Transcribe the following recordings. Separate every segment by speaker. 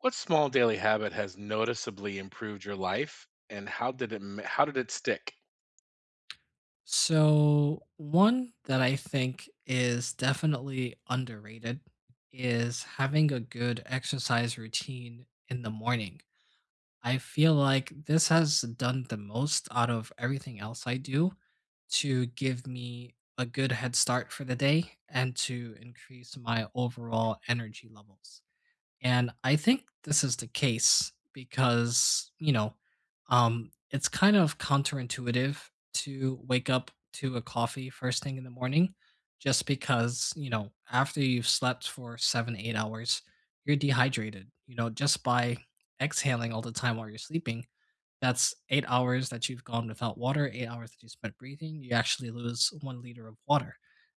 Speaker 1: What small daily habit has noticeably improved your life, and how did it stick?
Speaker 2: So, one that I think is definitely underrated is having a good exercise routine in the morning. I feel like this has done the most out of everything else I do to give me a good head start for the day and to increase my overall energy levels. And I think this is the case because, it's kind of counterintuitive to wake up to a coffee first thing in the morning just because, after you've slept for seven, 8 hours, you're dehydrated, just by exhaling all the time while you're sleeping that's 8 hours that you've gone without water, 8 hours that you spent breathing, you actually lose 1 liter of water,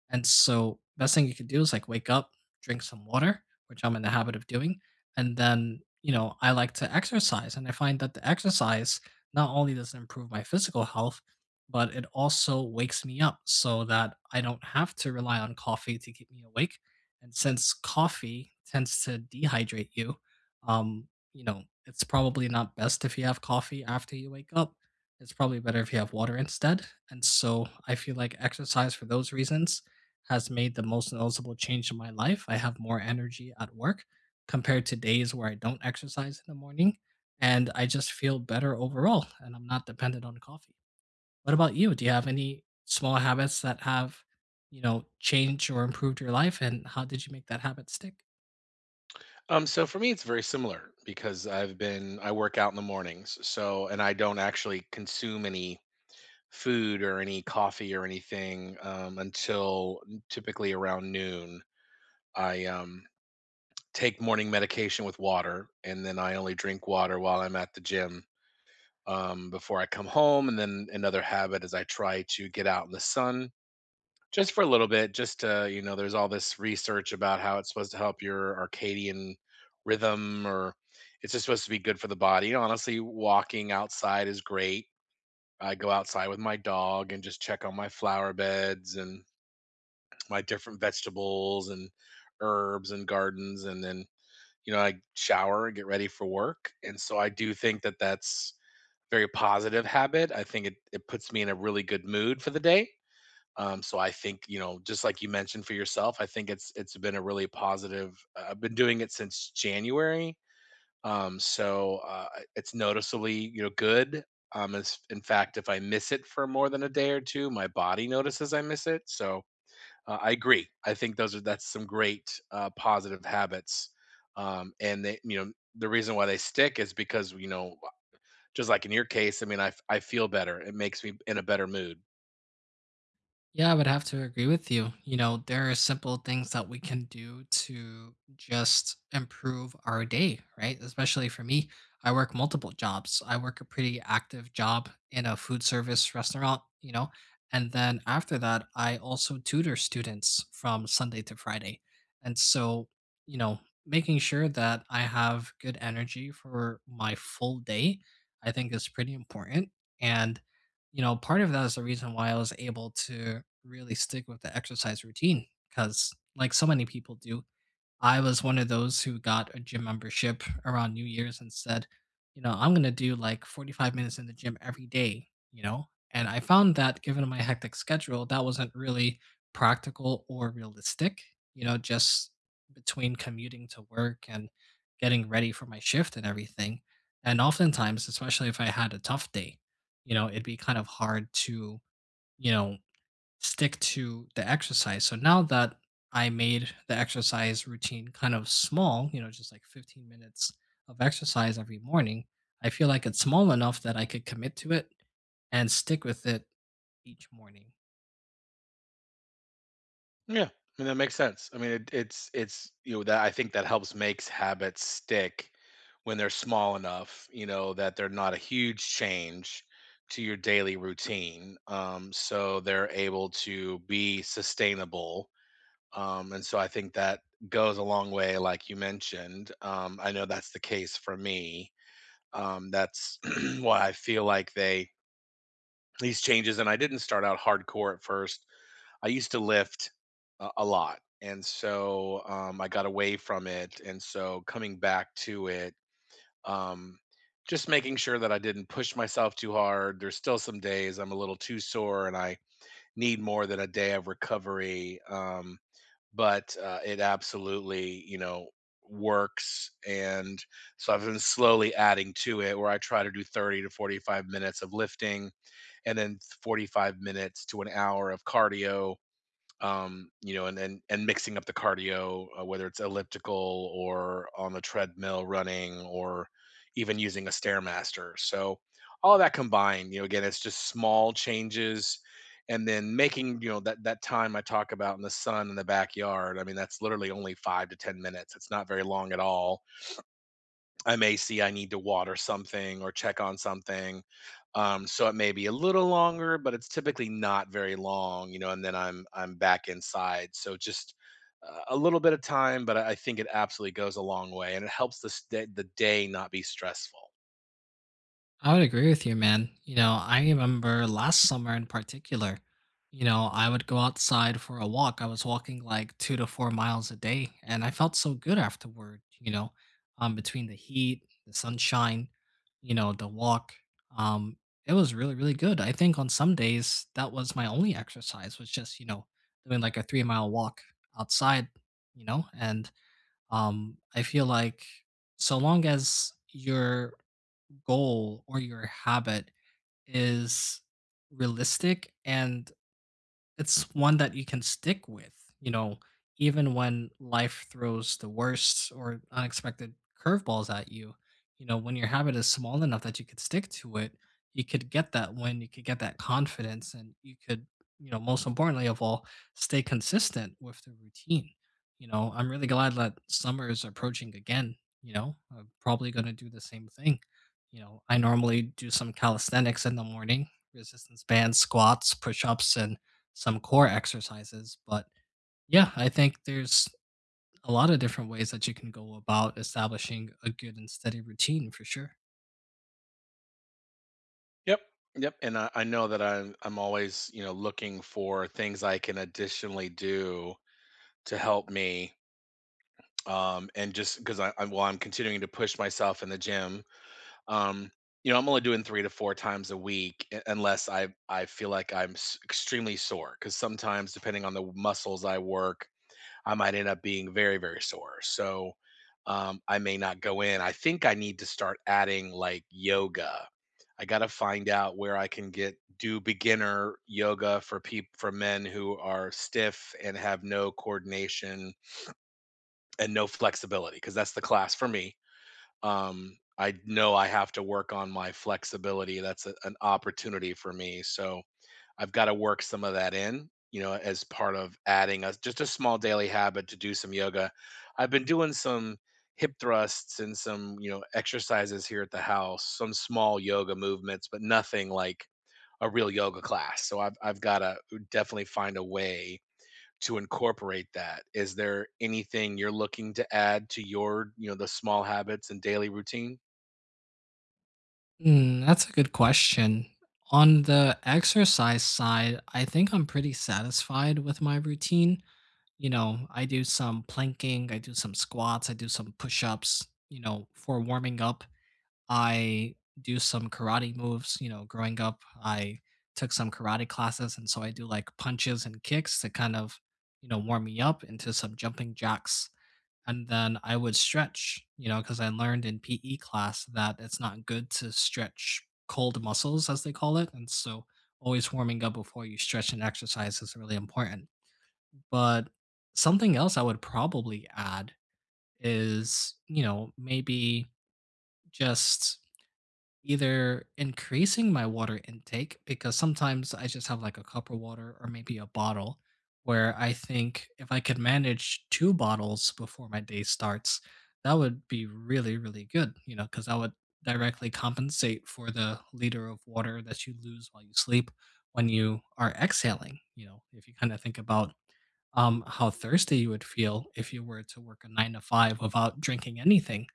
Speaker 2: and so, best thing you could do is, like, wake up, drink some water, which I'm in the habit of doing, and then, I like to exercise, and I find that the exercise not only does it improve my physical health, but it also wakes me up so that I don't have to rely on coffee to keep me awake, and since coffee tends to dehydrate you, um, it's probably not best if you have coffee after you wake up. It's probably better if you have water instead. And so I feel like exercise for those reasons has made the most noticeable change in my life. I have more energy at work compared to days where I don't exercise in the morning. And I just feel better overall. And I'm not dependent on coffee. What about you? Do you have any small habits that have, changed or improved your life? And how did you make that habit stick?
Speaker 1: So for me, it's very similar because I work out in the mornings, so and I don't actually consume any food or any coffee or anything until typically around noon. I take morning medication with water, and then I only drink water while I'm at the gym before I come home. And then another habit is I try to get out in the sun just for a little bit, just to, you know, there's all this research about how it's supposed to help your circadian rhythm or it's just supposed to be good for the body. Honestly, walking outside is great. I go outside with my dog and just check on my flower beds and my different vegetables and herbs and gardens. And then, you know, I shower and get ready for work. And so I do think that that's a very positive habit. I think it puts me in a really good mood for the day, so I think, you know, just like you mentioned for yourself, I think it's been a really positive, I've been doing it since January, um, so uh, it's noticeably, good. It's, in fact, if I miss it for more than a day or two, my body notices I miss it. So, I agree. I think those are that's some great positive habits, and they, the reason why they.
Speaker 2: Yeah, I would have to agree with you. There are simple things that we can do to just improve our day, right? Especially for me, I work multiple jobs. I work a pretty active job in a food service restaurant, and then after that, I also tutor students from Sunday to Friday. And so, you know, making sure that I have good energy for my full day, I think is pretty important. And part of that is the reason why I was able to really stick with the exercise routine because, like so many people do, I was one of those who got a gym membership around New Year's and said, I'm going to do like 45 minutes in the gym every day, you know? And I found that given my hectic schedule, that wasn't really practical or realistic, just between commuting to work and getting ready for my shift and everything. And oftentimes, especially if I had a tough day, it'd be kind of hard to, you know, stick to the exercise. So now that I made the exercise routine kind of small, just like 15 minutes of exercise every morning, I feel like it's small enough that I could commit to it and stick with it each morning.
Speaker 1: Yeah, I mean that makes sense. I mean, it's that I think that helps makes habits stick when they're small enough, you know, that they're not a huge change to your daily routine. So they're able to be sustainable. And so I think that goes a long way, like you mentioned. I know that's the case for me. That's why I feel like they these changes, and I didn't start out hardcore at first. I used to lift a lot, and so I got away from it, and so coming back to it, um, just making sure that I didn't push myself too hard. There's still some days I'm a little too sore, and I need more than a day of recovery. But it absolutely, you know, works, and so I've been slowly adding to it, where I try to do 30 to 45 minutes of lifting, and then 45 minutes to an hour of cardio, you know, and mixing up the cardio, whether it's elliptical or on the treadmill running or even using a stairmaster. So all that combined, you know, again, it's just small changes, and then making, you know, that that time I talk about in the sun in the backyard. I mean, that's literally only 5 to 10 minutes. It's not very long at all. I may see I need to water something or check on something. So it may be a little longer, but it's typically not very long, you know, and then I'm back inside. So just, a little bit of time, but I think it absolutely goes a long way and it helps the day not be stressful.
Speaker 2: I would agree with you, man. I remember last summer in particular, I would go outside for a walk. I was walking like 2 to 4 miles a day, and I felt so good afterward, between the heat, the sunshine, the walk. Um, it was really, really good. I think on some days that was my only exercise was just, doing like a 3 mile walk outside, and I feel like so long as you're goal or your habit is realistic and it's one that you can stick with, you know, even when life throws the worst or unexpected curveballs at you. When your habit is small enough that you could stick to it, you could get that win, you could get that confidence, and you could, most importantly of all, stay consistent with the routine. I'm really glad that summer is approaching again. I'm probably going to do the same thing. I normally do some calisthenics in the morning, resistance bands, squats, push ups, and some core exercises. But yeah, I think there's a lot of different ways that you can go about establishing a good and steady routine for sure.
Speaker 1: Yep. Yep. And I know that I'm always, you know, looking for things I can additionally do to help me. And just because I well, I'm continuing to push myself in the gym. Um, I'm only doing 3 to 4 times a week, u unless I feel like I'm s extremely sore, because sometimes depending on the muscles I work, I might end up being very, very sore. So, I may not go in. I think I need to start adding, like, yoga. I gotta find out where I can get do beginner yoga for people, for men who are stiff and have no coordination and no flexibility. Because that's the class for me. I know I have to work on my flexibility. That's an opportunity for me. So I've got to work some of that in, you know, as part of adding a just a small daily habit to do some yoga. I've been doing some hip thrusts and some, you know, exercises here at the house, some small yoga movements, but nothing like a real yoga class. So I've got to definitely find a way to incorporate that. Is there anything you're looking to add to the small habits and daily routine?
Speaker 2: That's a good question. On the exercise side, I think I'm pretty satisfied with my routine. I do some planking, I do some squats, I do some push ups, for warming up. I do some karate moves. Growing up, I took some karate classes, and so I do like punches and kicks to kind of, warm me up into some jumping jacks. And then I would stretch, because I learned in PE class that it's not good to stretch cold muscles, as they call it. And so always warming up before you stretch and exercise is really important. But something else I would probably add is, maybe just either increasing my water intake, because sometimes I just have, like, a cup of water or maybe a bottle, where I think if I could manage 2 bottles before my day starts, that would be really, really good, because that would directly compensate for the liter of water that you lose while you sleep when you are exhaling, if you kinda think about, how thirsty you would feel if you were to work a 9 to 5 without drinking anything.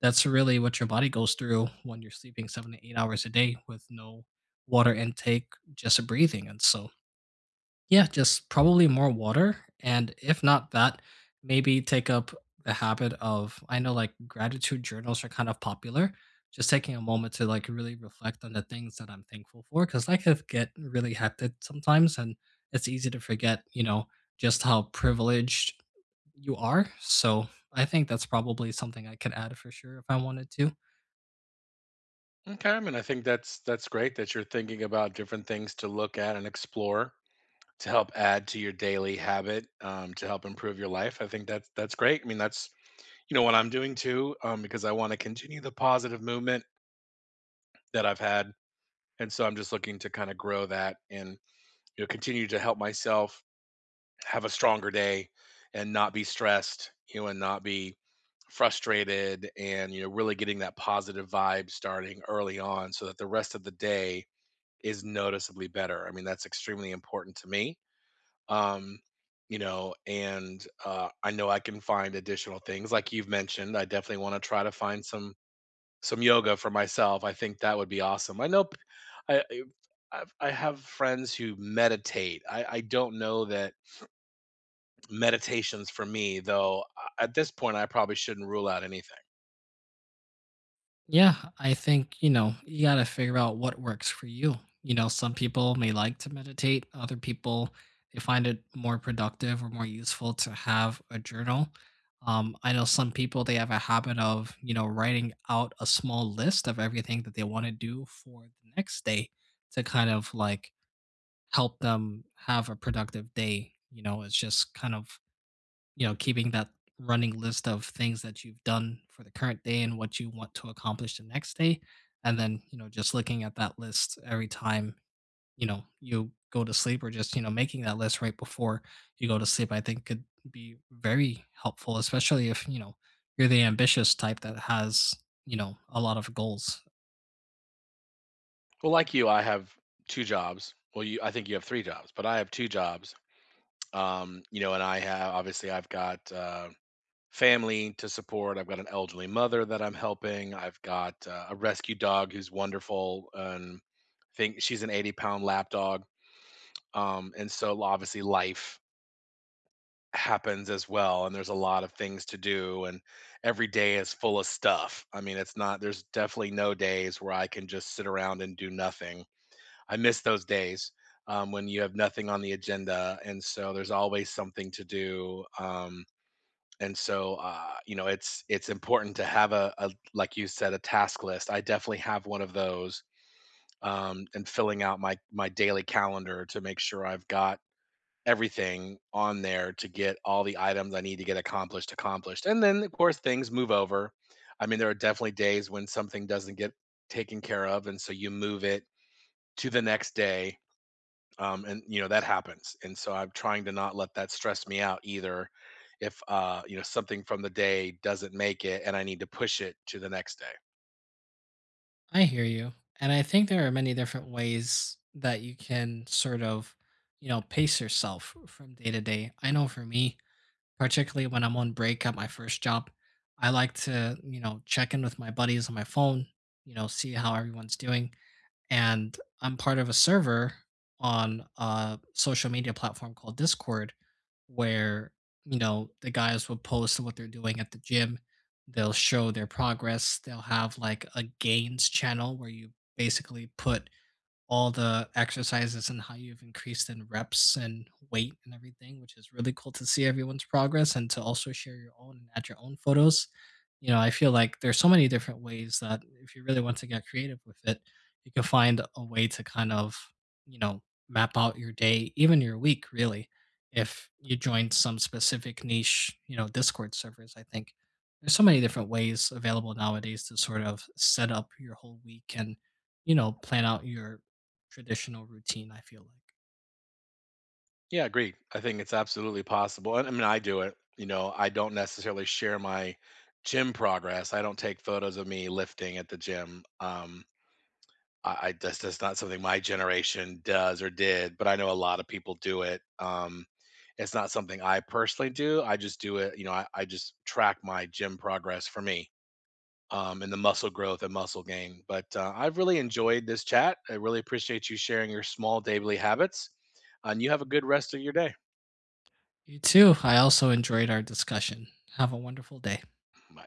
Speaker 2: That's really what your body goes through when you're sleeping 7 to 8 hours a day with no water intake, just breathing, and so yeah, just probably more water, and if not that, maybe take up the habit of I know, like, gratitude journals are kind of popular, just taking a moment to, like, really reflect on the things that I'm thankful for, because life can get really hectic sometimes, and it's easy to forget, just how privileged you are? So, I think that's probably something I could add for sure if I wanted to.
Speaker 1: Okay, I mean, I think that's great that you're thinking about different things to look at and explore to help add to your daily habit, to help improve your life. I think that's great. I mean, that's, what I'm doing too, because I want to continue the positive movement that I've had, and so I'm just looking to kind of grow that and, you know, continue to help myself have a stronger day and not be stressed, you know, and not be frustrated and, you know, really getting that positive vibe starting early on so that the rest of the day is noticeably better. I mean, that's extremely important to me. Um, and I know I can find additional things like you've mentioned. I definitely want to try to find some yoga for myself. I think that would be awesome. I know I I I have friends who meditate. I don't know that meditations for me, though, at this point, I probably shouldn't rule out anything.
Speaker 2: Yeah, I think, you got to figure out what works for you. Some people may like to meditate, other people, they find it more productive or more useful to have a journal. I know some people, they have a habit of, writing out a small list of everything that they want to do for the next day to kind of like help them have a productive day. It's just kind of keeping that running list of things that you've done for the current day and what you want to accomplish the next day. And then, just looking at that list every time, you go to sleep or just, making that list right before you go to sleep, I think could be very helpful, especially if, you're the ambitious type that has, a lot of goals.
Speaker 1: Well, like you, I have two jobs. Well, you, I think you have three jobs, but I have two jobs. And I have obviously I've got, family to support. I've got an elderly mother that I'm helping. I've got, a rescue dog who's wonderful, and I think she's an 80-pound lap dog. And so obviously life happens as well and there's a lot of things to do and every day is full of stuff. I mean, it's not there's definitely no days where I can just sit around and do nothing. I miss those days, when you have nothing on the agenda and so there's always something to do. And so you know it's important to have a like you said a task list. I definitely have one of those, and filling out my daily calendar to make sure I've got everything on there to get all the items I need to get accomplished. And then, of course, things move over. I mean, there are definitely days when something doesn't get taken care of, and so you move it to the next day. And you know that happens, and so I'm trying to not let that stress me out either. If, something from the day doesn't make it, and I need to push it to the next day.
Speaker 2: I hear you. And I think there are many different ways that you can sort of, pace yourself from day to day. I know for me, particularly when I'm on break at my first job, I like to, check in with my buddies on my phone, see how everyone's doing. And I'm part of a server on a social media platform called Discord where, the guys will post what they're doing at the gym. They'll show their progress. They'll have like a gains channel where you basically put all the exercises and how you've increased in reps and weight and everything, which is really cool to see everyone's progress and to also share your own and add your own photos. I feel like there's so many different ways that if you really want to get creative with it, you can find a way to kind of, you know, map out your day, even your week, really, if you join some specific niche, Discord servers, I think. There's so many different ways available nowadays to sort of set up your whole week and, plan out your traditional routine, I feel like.
Speaker 1: Yeah, agreed. I think it's absolutely possible. And I mean, I do it. You know, I don't necessarily share my gym progress. I don't take photos of me lifting at the gym. I That's just not something my generation does or did, but I know a lot of people do it. It's not something I personally do. I just do it. You know, I just track my gym progress for me, and the muscle growth and muscle gain. But, I've really enjoyed this chat. I really appreciate you sharing your small daily habits. And you have a good rest of your day.
Speaker 2: You too. I also enjoyed our discussion. Have a wonderful day.
Speaker 1: Bye.